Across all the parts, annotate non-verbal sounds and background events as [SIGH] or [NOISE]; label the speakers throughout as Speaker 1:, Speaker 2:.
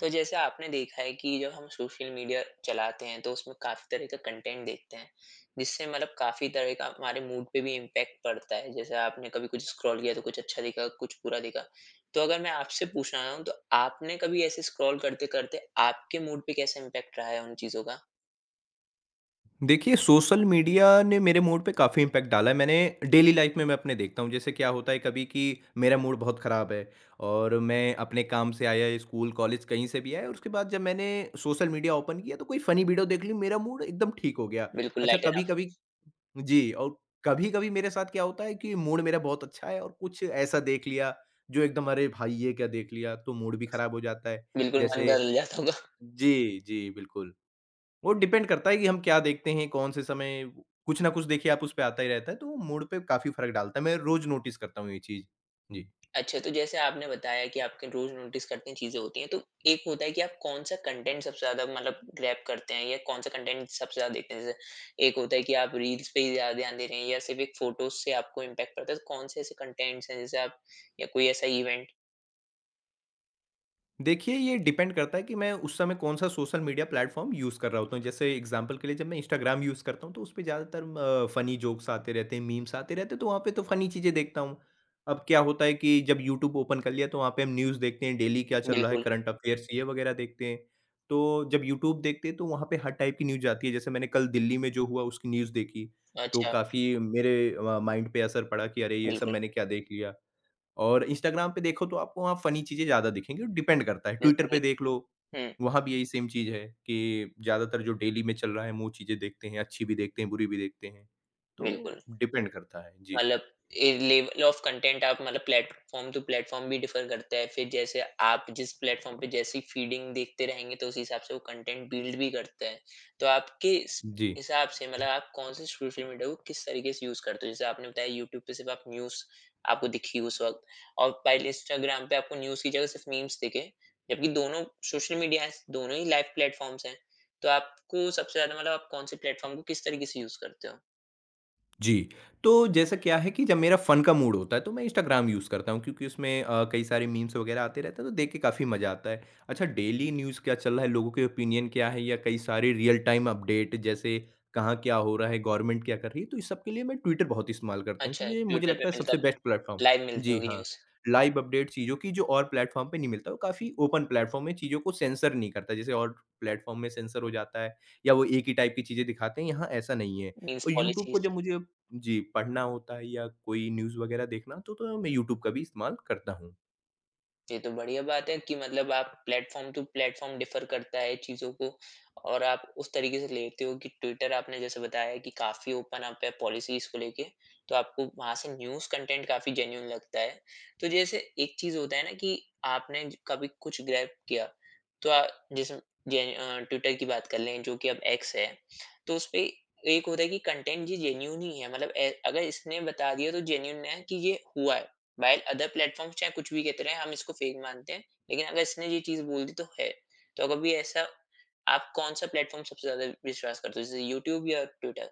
Speaker 1: तो जैसे आपने देखा है कि जब हम सोशल मीडिया चलाते हैं तो उसमें काफ़ी तरह का कंटेंट देखते हैं जिससे मतलब काफ़ी तरह का हमारे मूड पे भी इम्पैक्ट पड़ता है। जैसे आपने कभी कुछ स्क्रॉल किया तो कुछ अच्छा दिखा कुछ बुरा दिखा। तो अगर मैं आपसे पूछना चाहूँ तो आपने कभी ऐसे स्क्रॉल करते करते आपके मूड पे कैसा इम्पैक्ट रहा है उन चीज़ों का?
Speaker 2: देखिए, सोशल मीडिया ने मेरे मूड पे काफ़ी इम्पैक्ट डाला है। मैंने डेली लाइफ़ में मैं अपने देखता हूँ, जैसे क्या होता है कभी कि मेरा मूड बहुत ख़राब है और मैं अपने काम से आया, स्कूल, कॉलेज कहीं से भी आया और उसके बाद जब मैंने सोशल मीडिया ओपन किया तो कोई फ़नी वीडियो देख ली, मेरा मूड एकदम ठीक हो गया।
Speaker 1: बिल्कुल
Speaker 2: अच्छा
Speaker 1: लाइट अप।
Speaker 2: कभी-कभी जी, और कभी-कभी मेरे साथ क्या होता है कि मूड मेरा बहुत अच्छा है और कुछ ऐसा देख लिया जो एकदम अरे भाई! ये क्या देख लिया? तो मूड भी ख़राब हो जाता है।
Speaker 1: बिल्कुल मन
Speaker 2: जैसे
Speaker 1: बदल जाता।
Speaker 2: जी, जी, बिल्कुल। वो डिपेंड करता है कि हम क्या देखते हैं, कौन से समय कुछ ना कुछ देखिए आप उस पे आता ही रहता है, तो मूड पे काफ़ी फ़र्क डालता है। मैं रोज़ नोटिस करता हूँ ये चीज़। जी।
Speaker 1: अच्छा, तो जैसे आपने बताया कि आपके रोज़ नोटिस करते हैं चीज़ें होती हैं, तो एक होता है कि आप कौन-सा कंटेंट सबसे ज़्यादा मतलब ग्रैब करते हैं या कौन-सा कंटेंट सबसे ज़्यादा देखते हैं? जैसे एक होता है कि आप रील्स पे ही ज़्यादा ध्यान दे रहे हैं या सिर्फ़ एक फ़ोटोज़ से आपको इम्पैक्ट पड़ता है, तो कौन से ऐसे कंटेंट्स हैं जैसे आप या कोई ऐसा इवेंट?
Speaker 2: देखिए, ये डिपेंड करता है कि मैं उस समय कौन-सा सोशल मीडिया प्लेटफ़ॉर्म यूज़ कर रहा होता हूँ। जैसे एग्ज़ाम्पल के लिए जब मैं इंस्टाग्राम यूज़ करता हूँ, तो उसपे ज़्यादातर फ़नी जोक्स आते रहते हैं, मीम्स आते रहते हैं, तो वहाँ पे तो फ़नी चीज़ें देखता हूँ। अब क्या होता है कि जब यूट्यूब ओपन कर लिया, तो वहाँ पे हम न्यूज़ देखते हैं, डेली क्या चल रहा है,
Speaker 1: बिल्कुल।
Speaker 2: करंट अफ़ेयर्स ये वगैरह देखते हैं। तो जब यूट्यूब देखते हैं, तो वहाँ पे हर टाइप की न्यूज़ आती है। जैसे मैंने कल दिल्ली में जो हुआ, उसकी न्यूज़ देखी, तो
Speaker 1: अच्छा,
Speaker 2: काफ़ी मेरे माइंड पे असर पड़ा कि अरे! ये सब
Speaker 1: बिल्कुल।
Speaker 2: मैंने क्या देख लिया। और इंस्टाग्राम पे देखो तो आपको वहाँ फ़नी चीज़ें ज़्यादा दिखेंगी, डिपेंड करता है।
Speaker 1: जैसे
Speaker 2: ट्विटर
Speaker 1: कि
Speaker 2: पे देख लो,
Speaker 1: हुँ,
Speaker 2: वहाँ भी यही सेम चीज़ है कि ज़्यादातर जो डेली में चल रहा है, हम वो चीज़ें देखते हैं, अच्छी भी देखते हैं, बुरी भी देखते हैं। तो
Speaker 1: बिल्कुल।
Speaker 2: डिपेंड करता है। जी।
Speaker 1: मतलब ए लेवल ऑफ कंटेंट आप मतलब प्लेटफ़ॉर्म टू प्लेटफ़ॉर्म भी डिफ़र करता है। फिर जैसे आप जिस प्लेटफ़ॉर्म पे जैसी फीडिंग देखते रहेंगे तो उस हिसाब से वो कंटेंट बिल्ड भी करता है। तो आपके इस
Speaker 2: जी।
Speaker 1: हिसाब से मतलब आप कौन से सोशल मीडिया को किस तरीके से यूज़ करते हो? जैसे आपने बताया यूट्यूब पे सिर्फ़ आप न्यूज़ आपको दिखी उस वक़्त और पहले इंस्टाग्राम पे आपको न्यूज़ की जगह सिर्फ़ मीम्स दिखे। जबकि दोनों सोशल मीडियाज़ दोनों ही लाइव प्लेटफ़ॉर्म्स हैं। तो आपको सबसे ज़्यादा मतलब आप कौन से प्लेटफ़ॉर्म को किस तरीके से यूज़ करते हो?
Speaker 2: जी, तो जैसा क्या है कि जब मेरा फ़न का मूड होता है तो मैं इंस्टाग्राम यूज़ करता हूँ क्योंकि उसमें कई सारे मीम्स वगैरह आते रहते हैं तो देख के काफ़ी मज़ा आता है। अच्छा डेली न्यूज़ क्या चल रहा है, लोगों के ओपिनियन क्या है या कई सारे रियल टाइम अपडेट जैसे कहाँ क्या हो रहा है, गवर्नमेंट क्या कर रही है, तो इस सब के लिए मैं ट्विटर बहुत इस्तेमाल करता हूँ
Speaker 1: अच्छा,
Speaker 2: क्योंकि ये मुझे
Speaker 1: ट्विटर पे
Speaker 2: लगता है
Speaker 1: मिलता
Speaker 2: सबसे बेस्ट प्लेटफ़ॉर्म
Speaker 1: लाइव मिलती
Speaker 2: जी
Speaker 1: होगी
Speaker 2: हाँ,
Speaker 1: न्यूज़,
Speaker 2: लाइव अपडेट चीज़ों की जो और प्लेटफ़ॉर्म पे नहीं मिलता वो काफ़ी ओपन प्लेटफ़ॉर्म है चीज़ों को सेंसर नहीं करता जैसे और प्लेटफ़ॉर्म में सेंसर हो जाता है या वो एक ही टाइप की चीज़ें दिखाते हैं, यहाँ ऐसा नहीं है।
Speaker 1: मीन्स
Speaker 2: और यूट्यूब को
Speaker 1: पॉलिसीज़।
Speaker 2: जब मुझे जी, पढ़ना होता है या कोई न्यूज़ वगैरह देखना, तो मैं यूट्यूब का भी इस्तेमाल करता हूँ।
Speaker 1: ये तो बढ़िया बात है कि मतलब आप प्लेटफ़ॉर्म टू प्लेटफ़ॉर्म डिफ़र करता है चीज़ों को और आप उस तरीके से लेते हो कि ट्विटर आपने जैसे बताया कि काफ़ी ओपन अप है पॉलिसीज़ को लेके, तो आपको वहाँ से न्यूज़ कंटेंट काफ़ी जेन्युइन लगता है। तो जैसे एक चीज़ होता है ना कि आपने ज कभी कुछ ग्रैब किया, तो जैसे ट्विटर की बात कर लें जो कि अब एक्स है, तो उसपे एक होता है कि कंटेंट ये जेन्युइन ही है मतलब ए अगर इसने बता दिया तो जेन्युइन है कि ये हुआ है। व्हाइल अदर प्लेटफ़ॉर्म्स चाहे कुछ भी कहते रहें, हम इसको फेक मानते हैं, लेकिन अगर इसने ये चीज़ बोल दी तो है। तो अगर भी ऐसा आप कौन-सा प्लेटफ़ॉर्म सबसे ज़्यादा विश्वास करते हो? जैसे यूट्यूब या ट्विटर?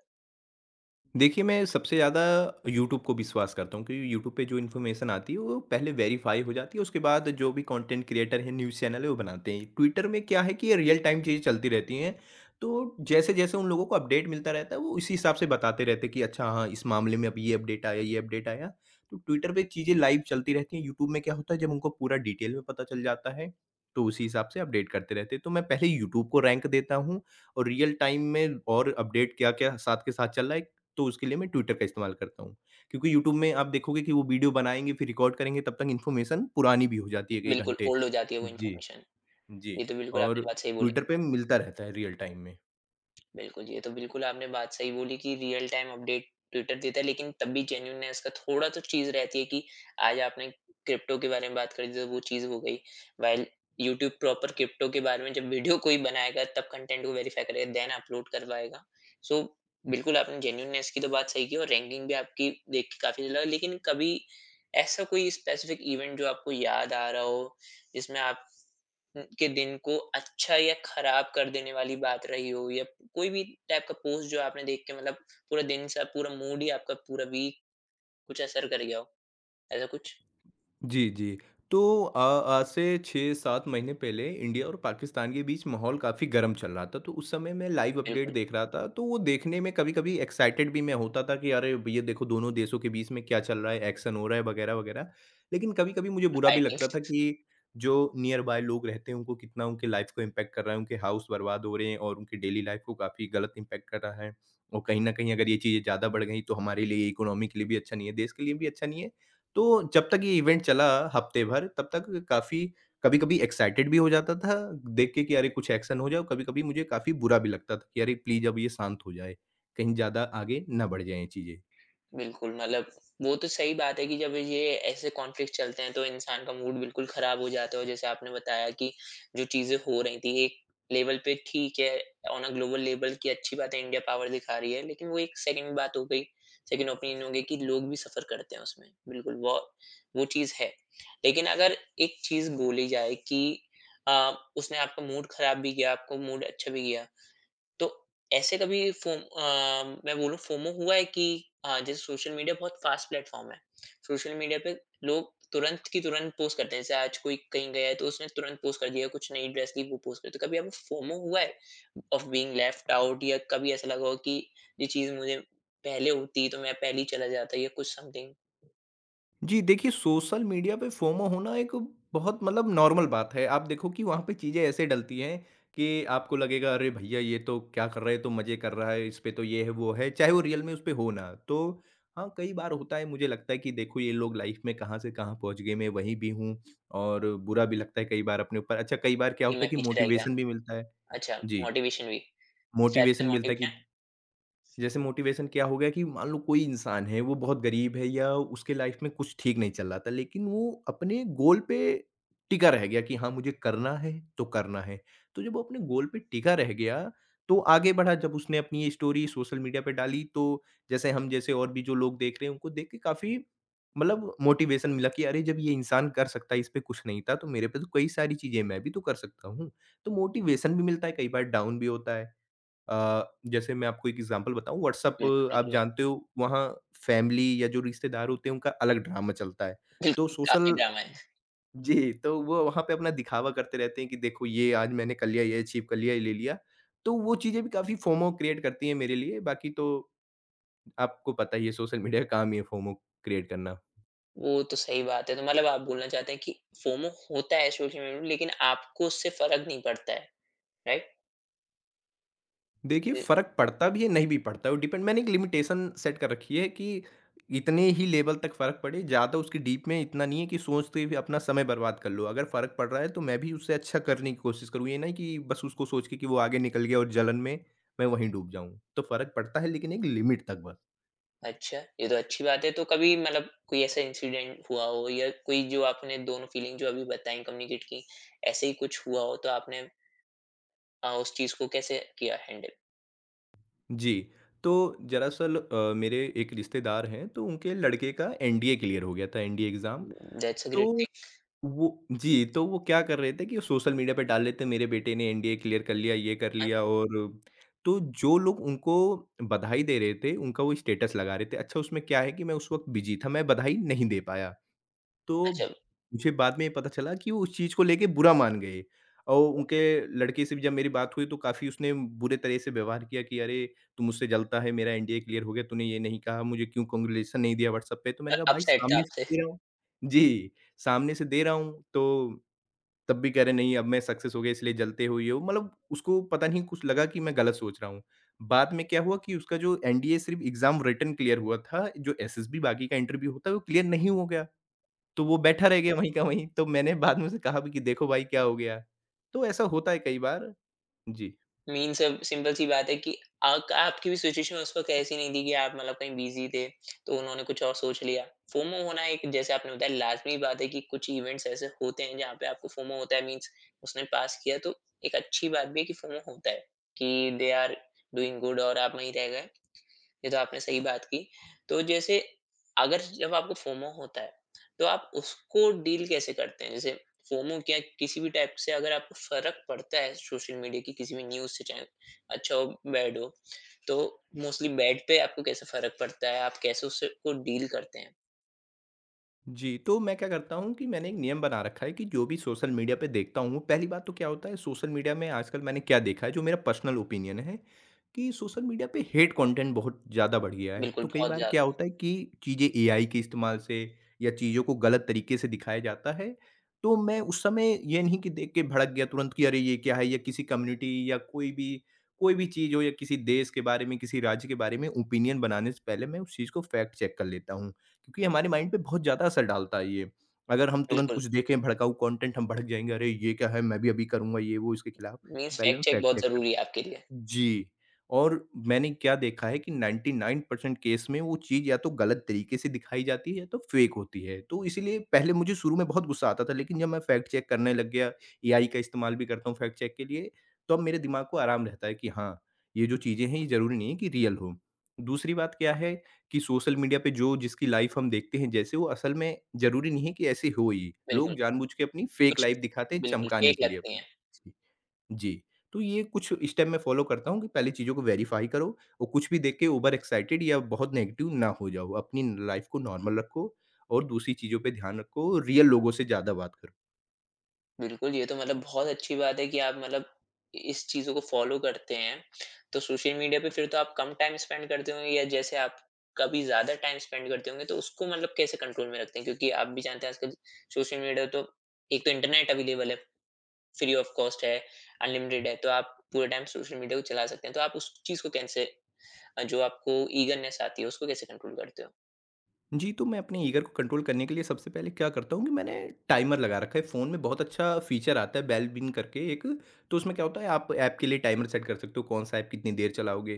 Speaker 2: देखिए, मैं सबसे ज़्यादा यूट्यूब को विश्वास करता हूँ क्योंकि यूट्यूब पे जो इन्फॉर्मेशन आती है वो पहले वेरीफाई हो जाती है, उसके बाद जो भी कंटेंट क्रिएटर हैं, न्यूज़ चैनल है वो बनाते हैं। ट्विटर में क्या है कि ये रियल टाइम चीज़ें चलती रहती हैं, तो जैसे-जैसे उन लोगों को अपडेट मिलता रहता है वो इसी हिसाब से बताते रहते हैं कि अच्छा हाँ, इस मामले में अब ये अपडेट आया, ये अपडेट आया। तो ट्विटर पे चीज़ें लाइव चलती रहती हैं, यूट्यूब में क्या होता है जब उनको पूरा डिटेल में पता चल जाता है, तो उसी हिसाब से अपडेट करते रहते हैं। तो मैं पहले यूट्यूब को रैंक देता हूँ और रियल टाइम में और अपडेट क्या-क्या साथ के साथ चल रहा है तो उसके लिए मैं ट्विटर का इस्तेमाल करता हूँ। क्योंकि यूट्यूब में आप देखोगे कि वो वीडियो बनाएँगे फिर रिकॉर्ड करेंगे तब तक इन्फॉर्मेशन पुरानी भी हो जाती है कई
Speaker 1: बिल्कुल
Speaker 2: घंटे।
Speaker 1: ओल्ड हो जाती है वो
Speaker 2: जी,
Speaker 1: इन्फॉर्मेशन।
Speaker 2: जी
Speaker 1: ये तो बिल्कुल
Speaker 2: और
Speaker 1: आपने बात सही बोली।
Speaker 2: ट्विटर पे मिलता रहता है रियल टाइम में।
Speaker 1: बिल्कुल, ये तो बिल्कुल आपने बात सही बोली कि रियल टाइम अपडेट ट्विटर देता है, लेकिन तब भी जेन्युइननेस का थोड़ा तो चीज़ रहती है कि आज आपने क्रिप्टो के बारे में बात करी तो वो चीज़ हो गई। व्हाइल यूट्यूब प्रॉपर क्रिप्टो के बारे में जब वीडियो कोई बनाएगा तब कंटेंट को वेरीफाई करेगा, देन अपलोड करवाएगा। सो बिल्कुल आपने जेन्युइननेस की तो बात सही की और रैंकिंग भी आपकी देख के काफ़ी अच्छा लगा। लेकिन कभी ऐसा कोई स्पेसिफिक इवेंट जो आपको याद आ रहा हो, जिसमें आप के दिन को अच्छा या खराब कर देने वाली बात रही हो या कोई भी टाइप का पोस्ट जो आपने देख के मतलब पूरा दिन सा पूरा मूड ही आपका पूरा वीक कुछ असर कर गया हो ऐसा कुछ?
Speaker 2: जी, जी। तो आज से 6-7 महीने पहले इंडिया और पाकिस्तान के बीच माहौल काफ़ी गर्म चल रहा था, तो उस समय मैं लाइव अपडेट देख रहा था, तो वो देखने में कभी-कभी एक्साइटेड भी मैं होता था कि अरे! ये देखो दोनों देशों के बीच में क्या चल रहा है, एक्शन हो रहा है वगैरह-वगैरह। लेकिन कभी-कभी मुझे बुरा भी लगता था
Speaker 1: बिल्कुल।
Speaker 2: कि जो नियर बाय लोग रहते हैं, उनको कितना उनके लाइफ़ को इम्पैक्ट कर रहा है, उनके हाउस बर्बाद हो रहे हैं और उनकी डेली लाइफ़ को काफ़ी गलत इम्पैक्ट कर रहा है। और कहीं न कहीं अगर ये चीज़ें ज़्यादा बढ़ गई, तो हमारे लिए, इकोनॉमी के लिए भी अच्छा नहीं है, देश के लिए भी अच्छा नहीं है तो जब तक ये इवेंट चला हफ्ते भर तब तक काफ़ी कभी-कभी एक्साइटेड भी हो जाता था देख के कि अरे कुछ एक्शन हो जाए और कभी-कभी मुझे काफ़ी बुरा भी लगता था कि अरे प्लीज़ अब ये शांत हो जाए, कहीं ज़्यादा आगे ना बढ़ जाएँ चीज़ें।
Speaker 1: बिल्कुल, मतलब वो तो सही बात है कि जब ये ऐसे कॉन्फ्लिक्ट चलते हैं तो इंसान का मूड बिल्कुल खराब हो जाता है और जैसे आपने बताया कि जो चीज़ें हो रही थी एक लेवल पे ठीक है, ऑन अ ग्लोबल लेवल की अच्छी बात है इंडिया पावर दिखा रही है, लेकिन वो एक सेकंड बात हो गई, सेकंड ओपिनियन हो गई कि लोग भी सफ़र करते हैं उसमें, बिल्कुल वो चीज़ है। लेकिन अगर एक चीज़ बोली जाए कि उसने आपका मूड खराब भी किया, आपको मूड अच्छा भी किया, तो ऐसे कभी मैं बोलूँ फोमो हुआ है कि जैसे सोशल मीडिया बहुत फ़ास्ट प्लेटफ़ॉर्म है। सोशल मीडिया पे लोग तुरंत की तुरंत पोस्ट करते हैं। जैसे आज कोई कहीं गया है तो उसने तुरंत पोस्ट कर दिया, कुछ नई ड्रेस ली वो पोस्ट कर दी। तो कभी आपको फोमो हुआ है ऑफ बीइंग लेफ्ट आउट या कभी ऐसा लगा हो कि ये चीज़ मुझे पहले होती तो मैं पहले ही चला जाता या कुछ समथिंग?
Speaker 2: जी, देखिए सोशल मीडिया पे फोमो होना एक बहुत मतलब नॉर्मल बात है। आप देखो कि वहाँ पे चीज़ें ऐसे डलती हैं कि आपको लगेगा अरे भईया ये तो क्या कर रहा है, ये तो मज़े कर रहा है, इस पे तो ये है, वो है, चाहे वो रियल में उस पे हो ना। तो हाँ, कई बार होता है मुझे लगता है कि देखो ये लोग लाइफ़ में कहाँ से कहाँ पहुँच गए, मैं वहीं भी हूँ और बुरा भी लगता है कई बार अपने ऊपर। अच्छा कई बार क्या
Speaker 1: कि
Speaker 2: होता
Speaker 1: मैं
Speaker 2: है कि
Speaker 1: पीछे रह गया?
Speaker 2: मोटिवेशन भी मिलता है।
Speaker 1: अच्छा,
Speaker 2: जी,
Speaker 1: मोटिवेशन भी। शायद से
Speaker 2: मोटिवेशन मिलता है कि
Speaker 1: मोटिवेशन।
Speaker 2: जैसे मोटिवेशन क्या हो गया कि मान लो कोई इंसान है, वो बहुत गरीब है या उसके लाइफ में कुछ ठीक नहीं चल रहा था, लेकिन वो अपने गोल पे टिका रह गया कि हाँ, मुझे करना है। तो जब वो अपने गोल पे टिका रह गया, तो आगे बढ़ा जब उसने अपनी ये स्टोरी सोशल मीडिया पे डाली तो जैसे हम जैसे और भी जो लोग देख रहे हैं, उनको देख के काफ़ी मतलब मोटिवेशन मिला कि अरे! जब ये इंसान कर सकता है, इस पे कुछ नहीं था, तो मेरे पे तो कई सारी चीज़ें हैं, मैं भी तो कर सकता हूँ। तो मोटिवेशन भी मिलता है, कई बार डाउन भी होता है। अ, जैसे मैं आपको एक एग्ज़ाम्पल बताऊँ
Speaker 1: बिल्कुल,
Speaker 2: व्हाट्सएप आप
Speaker 1: बिल्कुल,
Speaker 2: जानते हो वहाँ फैमिली या जो रिश्तेदार होते हैं उनका अलग ड्रामा चलता है। तो
Speaker 1: बिल्कुल काफ़ी
Speaker 2: सोशल
Speaker 1: ड्रामा है।
Speaker 2: जी, तो वो वहाँ पे अपना दिखावा करते रहते हैं कि देखो ये आज मैंने कर लिया, ये अचीव कर लिया, ये ले लिया। तो वो चीज़ें भी काफ़ी फोमो क्रिएट करती हैं मेरे लिए, बाकी तो आपको पता ही है सोशल मीडिया का काम ही है फोमो क्रिएट करना।
Speaker 1: वो तो सही बात है। तो मतलब आप बोलना चाहते हैं कि फोमो होता है सोशल मीडिया में लेकिन आपको उससे फ़र्क नहीं पड़ता है, राइट?
Speaker 2: देखिए,
Speaker 1: ए
Speaker 2: फ़र्क पड़ता भी है, नहीं भी पड़ता है, वो डिपेंड मैंने एक लिमिटेशन सेट कर रखी है कि इतने ही लेवल तक फ़र्क पड़े, ज़्यादा उसकी डीप में इतना नहीं है कि सोचते हुए अपना समय बर्बाद कर लो। अगर फ़र्क पड़ रहा है, तो मैं भी उससे अच्छा करने की कोशिश करूँ, ये नहीं कि बस उसको सोच के कि वो आगे निकल गया और जलन में मैं वहीं डूब जाऊँ। तो फ़र्क पड़ता है लेकिन एक लिमिट तक बस।
Speaker 1: अच्छा, ये तो अच्छी बात है। तो कभी मतलब कोई ऐसा इंसिडेंट हुआ हो या कोई जो आपने दोनों फीलिंग जो अभी बताई कम्युनिकेट की, ऐसे ही कुछ हुआ हो तो आपने उस चीज़ को कैसे किया हैंडल?
Speaker 2: जी, तो दरअसल मेरे एक रिश्तेदार हैं, तो उनके लड़के का एनडीए क्लियर हो गया था, एनडीए एग्ज़ाम।
Speaker 1: दैट्स अ
Speaker 2: तो
Speaker 1: ग्रेट थिंग।
Speaker 2: वो जी, तो वो क्या कर रहे थे कि सोशल मीडिया पे डाल लेते मेरे बेटे ने एनडीए क्लियर कर लिया, ये कर
Speaker 1: अ,
Speaker 2: लिया और तो जो लोग उनको बधाई दे रहे थे, उनका वो स्टेटस लगा रहे थे। अच्छा उसमें क्या है कि मैं उस वक़्त बिज़ी था, मैं बधाई नहीं दे पाया। तो
Speaker 1: अच्छा
Speaker 2: मुझे बाद में ये पता चला कि वो उस चीज़ को लेके बुरा मान गए और उनके लड़के से भी जब मेरी बात हुई तो काफ़ी उसने बुरे तरह से व्यवहार किया कि अरे! तू मुझसे जलता है, मेरा एनडीए क्लियर हो गया, तूने ये नहीं कहा, मुझे क्यों कांग्रेचुलेशन नहीं दिया व्हाट्सएप पे? तो मैंने कहा भाई
Speaker 1: अपसेट थे
Speaker 2: सामने से
Speaker 1: आपसे।
Speaker 2: दे रहा हूँ जी, सामने से दे रहा हूँ तो तब भी कह रहे नहीं अब मैं सक्सेस हो गया इसलिए जलते हो ये हो, मतलब उसको पता नहीं कुछ लगा कि मैं गलत सोच रहा हूँ। बाद में क्या हुआ कि उसका जो एनडीए सिर्फ़ एग्ज़ाम रिटन क्लियर हुआ था, जो एसएसबी बाकी का इंटरव्यू होता है वो क्लियर नहीं हो गया। तो वो बैठा रह गया वहीं का वहीं, तो मैंने बाद में उसे कहा भी कि देखो भाई क्या हो गया? तो ऐसा होता है कई बार। जी।
Speaker 1: मीन सब सिंपल सी बात है कि आक आपकी भी सिचुएशन उस वक़्त ऐसी नहीं थी कि आप मतलब कहीं बिज़ी थे, तो उन्होंने कुछ और सोच लिया। फोमो होना एक जैसे आपने बताया लाज़मी बात है कि कुछ इवेंट्स ऐसे होते हैं जहाँ पे आपको फोमो होता है मीन्स उसने पास किया तो एक अच्छी बात भी है कि फोमो होता है, कि दे आर डूइंग गुड और आप वहीं रह गए। ये तो आपने सही बात की। तो जैसे अगर जब आपको फोमो होता है, तो आप उसको डील कैसे करते हैं? जैसे फोमो क्या किसी भी टाइप से अगर आपको फ़र्क पड़ता है सोशल मीडिया की किसी भी न्यूज़ से चाहे अच्छा हो, बैड हो, तो मोस्टली बैड पे आपको कैसे फ़र्क पड़ता है? आप कैसे उससे को डील करते हैं?
Speaker 2: जी, तो मैं क्या करता हूँ कि मैंने एक नियम बना रखा है कि जो भी सोशल मीडिया पे देखता हूँ, पहली बात तो क्या होता है सोशल मीडिया में आजकल मैंने क्या देखा है जो मेरा पर्सनल ओपिनियन है, कि सोशल मीडिया पे हेट कंटेंट बहुत ज़्यादा बढ़ गया है।
Speaker 1: बिल्कुल,
Speaker 2: तो कई
Speaker 1: बहुत
Speaker 2: बार
Speaker 1: ज़्यादा।
Speaker 2: क्या होता है कि चीज़ें एआई के इस्तेमाल से या चीज़ों को गलत तरीके से दिखाया जाता है, तो मैं उस समय ये नहीं कि देख के भड़क गया तुरंत कि अरे ये क्या है? या किसी कम्युनिटी या कोई भी चीज़ हो या किसी देश के बारे में, किसी राज्य के बारे में ओपिनियन बनाने से पहले मैं उस चीज़ को फैक्ट चेक कर लेता हूँ। क्योंकि हमारे माइंड पे बहुत ज़्यादा असर डालता है ये। अगर हम तुरंत
Speaker 1: बिल्कुल,
Speaker 2: कुछ देखें भड़काऊ कंटेंट, हम भड़क जाएँगे, "अरे! ये क्या है? मैं भी अभी करूँगा ये वो इसके खिलाफ।" तो
Speaker 1: मीन्स
Speaker 2: पहले हम
Speaker 1: फैक्ट चेक
Speaker 2: फैक्ट
Speaker 1: बहुत
Speaker 2: चेक
Speaker 1: ज़रूरी
Speaker 2: करते।
Speaker 1: है आपके लिए।
Speaker 2: जी। और मैंने क्या देखा है कि 99% केस में वो चीज़ या तो गलत तरीके से दिखाई जाती है या तो फ़ेक होती है। तो इसीलिए पहले मुझे शुरू में बहुत गुस्सा आता था, लेकिन जब मैं फ़ैक्ट चेक करने लग गया, एआई का इस्तेमाल भी करता हूँ फ़ैक्ट चेक के लिए, तो अब मेरे दिमाग को आराम रहता है कि हाँ, ये जो चीज़ें हैं ये ज़रूरी नहीं है कि रियल हो। दूसरी बात क्या है कि सोशल मीडिया पे जो जिसकी लाइफ़ हम देखते हैं, जैसे वो असल में ज़रूरी नहीं है कि ऐसी हो ही।
Speaker 1: बिल्कुल,
Speaker 2: लोग जानबूझ के अपनी फ़ेक
Speaker 1: कुछ
Speaker 2: लाइफ़ दिखाते हैं
Speaker 1: बिल्कुल
Speaker 2: चमकाने
Speaker 1: फेक
Speaker 2: के लिए
Speaker 1: लगती
Speaker 2: अपनी।
Speaker 1: हैं।
Speaker 2: जी। जी, तो ये कुछ स्टेप मैं फॉलो करता हूँ कि पहले चीज़ों को वेरीफ़ाई करो और कुछ भी देख के ओवर एक्साइटेड या बहुत नेगेटिव ना हो जाओ। अपनी लाइफ़ को नॉर्मल रखो और दूसरी चीज़ों पे ध्यान रखो, रियल लोगों से ज़्यादा बात करो।
Speaker 1: बिल्कुल, ये तो मतलब बहुत अच्छी बात है कि आप मतलब इस चीज़ों को फ़ॉलो करते हैं। तो सोशल मीडिया पे फिर तो आप कम टाइम स्पेंड करते होंगे या जैसे आप कभी ज़्यादा टाइम स्पेंड करते होंगे, तो उसको मतलब कैसे कंट्रोल में रखते हैं? क्योंकि आप भी जानते हैं आजकल सोशल मीडिया तो एक तो इंटरनेट अवेलेबल है, फ्री ऑफ कॉस्ट है, अनलिमिटेड है, तो आप पूरे टाइम सोशल मीडिया को चला सकते हैं। तो आप उस चीज़ को कैसे जो आपको ईगरनेस आती है, उसको कैसे कंट्रोल करते हो?
Speaker 2: जी, तो मैं अपने ईगर को कंट्रोल करने के लिए सबसे पहले क्या करता हूँ कि मैंने टाइमर लगा रखा है। फ़ोन में बहुत अच्छा फ़ीचर आता है बेल बिन करके एक, तो उसमें क्या होता है आप ऐप के लिए टाइमर सेट कर सकते हो, कौन-सा ऐप कितनी देर चलाओगे।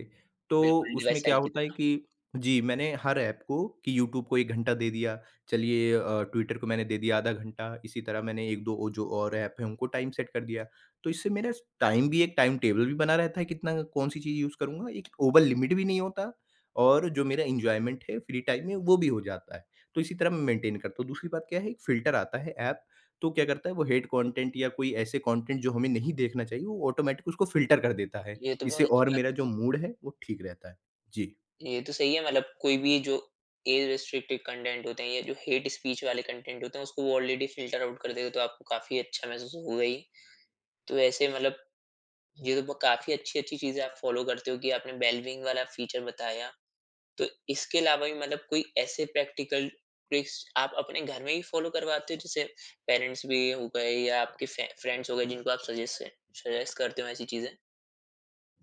Speaker 2: तो
Speaker 1: बिल्कुल,
Speaker 2: उसमें
Speaker 1: डिवाइस
Speaker 2: क्या
Speaker 1: सेल की
Speaker 2: होता है
Speaker 1: तरह।
Speaker 2: कि। जी। मैंने हर ऐप को कि यूट्यूब को 1 घंटा दे दिया, चलिए ट्विटर को मैंने दे दिया आधा घंटा, इसी तरह मैंने 1-2 और जो और ऐप हैं उनको टाइम सेट कर दिया। तो इससे मेरा टाइम भी, एक टाइम टेबल भी बना रहता है कितना कौन-सी चीज़ यूज़ करूँगा, एक ओवर लिमिट भी नहीं होता और जो मेरा एन्जॉयमेंट है फ्री टाइम में वो भी हो जाता है। तो इसी तरह मैं मेंटेन करता हूँ। दूसरी बात क्या है, एक फ़िल्टर आता है ऐप। तो क्या करता है वो हेट कंटेंट या कोई ऐसे कंटेंट जो हमें नहीं देखना चाहिए वो ऑटोमैटिक उसको फ़िल्टर कर देता है।
Speaker 1: ये तो
Speaker 2: इससे
Speaker 1: बहुत अच्छी
Speaker 2: और
Speaker 1: बात।
Speaker 2: मेरा जो मूड है वो ठीक रहता है। जी।
Speaker 1: ये तो सही है मतलब कोई भी जो एज रिस्ट्रिक्टेड कंटेंट होते हैं या जो हेट स्पीच वाले कंटेंट होते हैं उसको वो ऑलरेडी फिल्टर आउट कर देगा तो आपको काफी अच्छा महसूस होगा ही। तो ऐसे मतलब काफी अच्छी अच्छी चीजें आप फॉलो करते हो कि आपने बेलविंग वाला फीचर बताया। तो इसके अलावा भी मतलब कोई ऐसे प्रैक्टिकल ट्रिक्स आप अपने घर में ही फॉलो करवाते हो जैसे पेरेंट्स भी हो गए या आपके फ्रेंड्स हो गए जिनको आप सजेस्ट सजेस्ट करते हो ऐसी चीजें?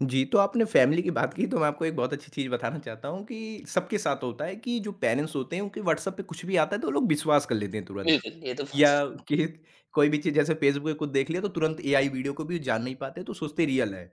Speaker 2: जी, तो आपने फ़ैमिली की बात की, तो मैं आपको एक बहुत अच्छी चीज़ बताना चाहता हूँ कि सबके साथ होता है कि जो पेरेंट्स होते हैं, उनके व्हाट्सएप पे कुछ भी आता है, तो वो लोग विश्वास कर लेते हैं तुरंत।
Speaker 1: बिल्कुल ये तो बहुत।
Speaker 2: या कि कोई भी चीज़ जैसे फेसबुक पे कुछ देख लिया, तो तुरंत एआई वीडियो को भी जान नहीं पाते, तो सोचते रियल है।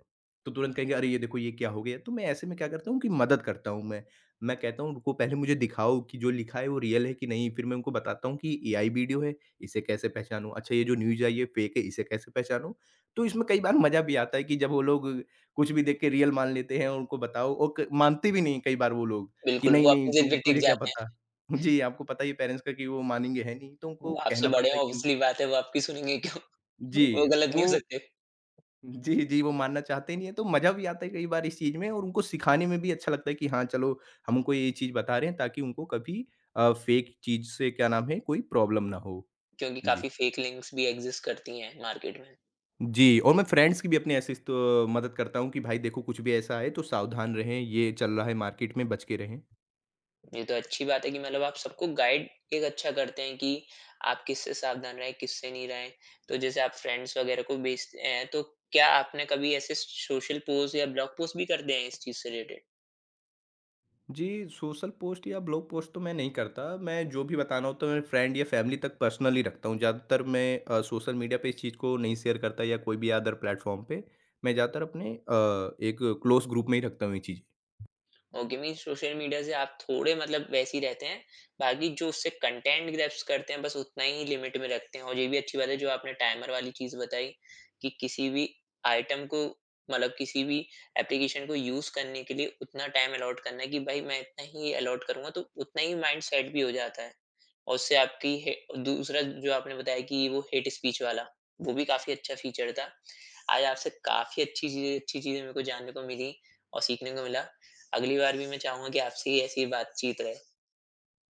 Speaker 2: तो तुरंत कहेंगे, "अरे! ये देखो, ये क्या हो गया?" तो मैं ऐसे में क्या करता हूँ कि मदद करता हूँ मैं। मैं कहता हूँ, "रुको, पहले मुझे दिखाओ कि जो लिखा है, वो रियल है कि नहीं?" फिर मैं उनको बताता हूँ कि एआई वीडियो है, इसे कैसे पहचानूँ? अच्छा, ये जो न्यूज़ आई है, फेक है, इसे कैसे पहचानूँ? तो इसमें कई बार मज़ा भी आता है कि जब वो लोग कुछ भी देख के रियल मान लेते हैं, उनको बताओ और क मानते भी नहीं कई बार वो लोग कि
Speaker 1: बिल्कुल
Speaker 2: नहीं,
Speaker 1: वो अपनी
Speaker 2: नहीं
Speaker 1: जिद
Speaker 2: तू
Speaker 1: पे टिक
Speaker 2: तुझे क्या
Speaker 1: जाते हैं।
Speaker 2: पता? [LAUGHS] जी, आपको पता ही है पेरेंट्स का कि वो मानेंगे है नहीं, तो उनको
Speaker 1: आपसे
Speaker 2: कहना
Speaker 1: बड़े हैं
Speaker 2: पड़ता है कि।
Speaker 1: ऑब्वियसली बात है वो आपकी सुनेंगे क्यों? [LAUGHS]
Speaker 2: जी।
Speaker 1: वो गलत नहीं
Speaker 2: वो
Speaker 1: हो सकते।
Speaker 2: जी, जी, वो मानना चाहते ही नहीं है, तो मज़ा भी आता है कई बार इस चीज़ में और उनको सिखाने में भी अच्छा लगता है कि हाँ, चलो हम उनको ये चीज़ बता रहे हैं ताकि उनको कभी फेक चीज़ से क्या नाम है कोई प्रॉब्लम ना हो।
Speaker 1: क्योंकि
Speaker 2: जी।
Speaker 1: काफ़ी फेक लिंक्स भी एग्ज़िस्ट करती हैं मार्केट में।
Speaker 2: जी, और मैं फ्रेंड्स की भी अपने ऐसे स तो मदद करता हूँ कि भाई देखो कुछ भी ऐसा आए तो सावधान रहें, ये चल रहा है मार्केट में बच के रहें।
Speaker 1: ये तो अच्छी बात है कि मतलब आप सबको गाइड एक अच्छा करते हैं कि आप किससे सावधान रहें, किससे नहीं रहें। तो जैसे आप फ्रेंड्स वग़ैरह को भेजते हैं, तो क्या आपने कभी ऐसे सोशल पोस्ट या ब्लॉग पोस्ट भी कर दिए हैं इस चीज़ से रिलेटेड?
Speaker 2: जी, सोशल पोस्ट या ब्लॉग पोस्ट तो मैं नहीं करता। मैं जो भी बताना होता है मेरे फ्रेंड या फैमिली तक पर्सनली रखता हूँ। ज़्यादातर मैं सोशल मीडिया पे इस चीज़ को नहीं शेयर करता या कोई भी अदर प्लेटफ़ॉर्म पे। मैं ज़्यादातर अपने एक क्लोज़ ग्रुप में ही रखता हूँ ये चीज़ें।
Speaker 1: ओके मीन्स सोशल मीडिया से आप थोड़े मतलब वैसे ही रहते हैं। बाकी जो उससे कंटेंट ग्रैब्स करते हैं बस उतना ही लिमिट में रखते हैं और ये भी अच्छी बात है जो आपने टाइमर वाली चीज़ बताई कि किसी भी आइटम को मतलब किसी भी एप्लीकेशन को यूज़ करने के लिए उतना टाइम अलॉट करना है कि भाई मैं इतना ही अलॉट करूँगा तो उतना ही माइंड सेट भी हो जाता है। और उससे आपकी हे दूसरा जो आपने बताया कि वो हेट स्पीच वाला, वो भी काफ़ी अच्छा फीचर था। आज आपसे काफ़ी अच्छी चीज़ें मेरे को जानने को मिली और सीखने को मिला। अगली बार भी मैं चाहूँगा कि आपसे ही ऐसी ही बातचीत रहे।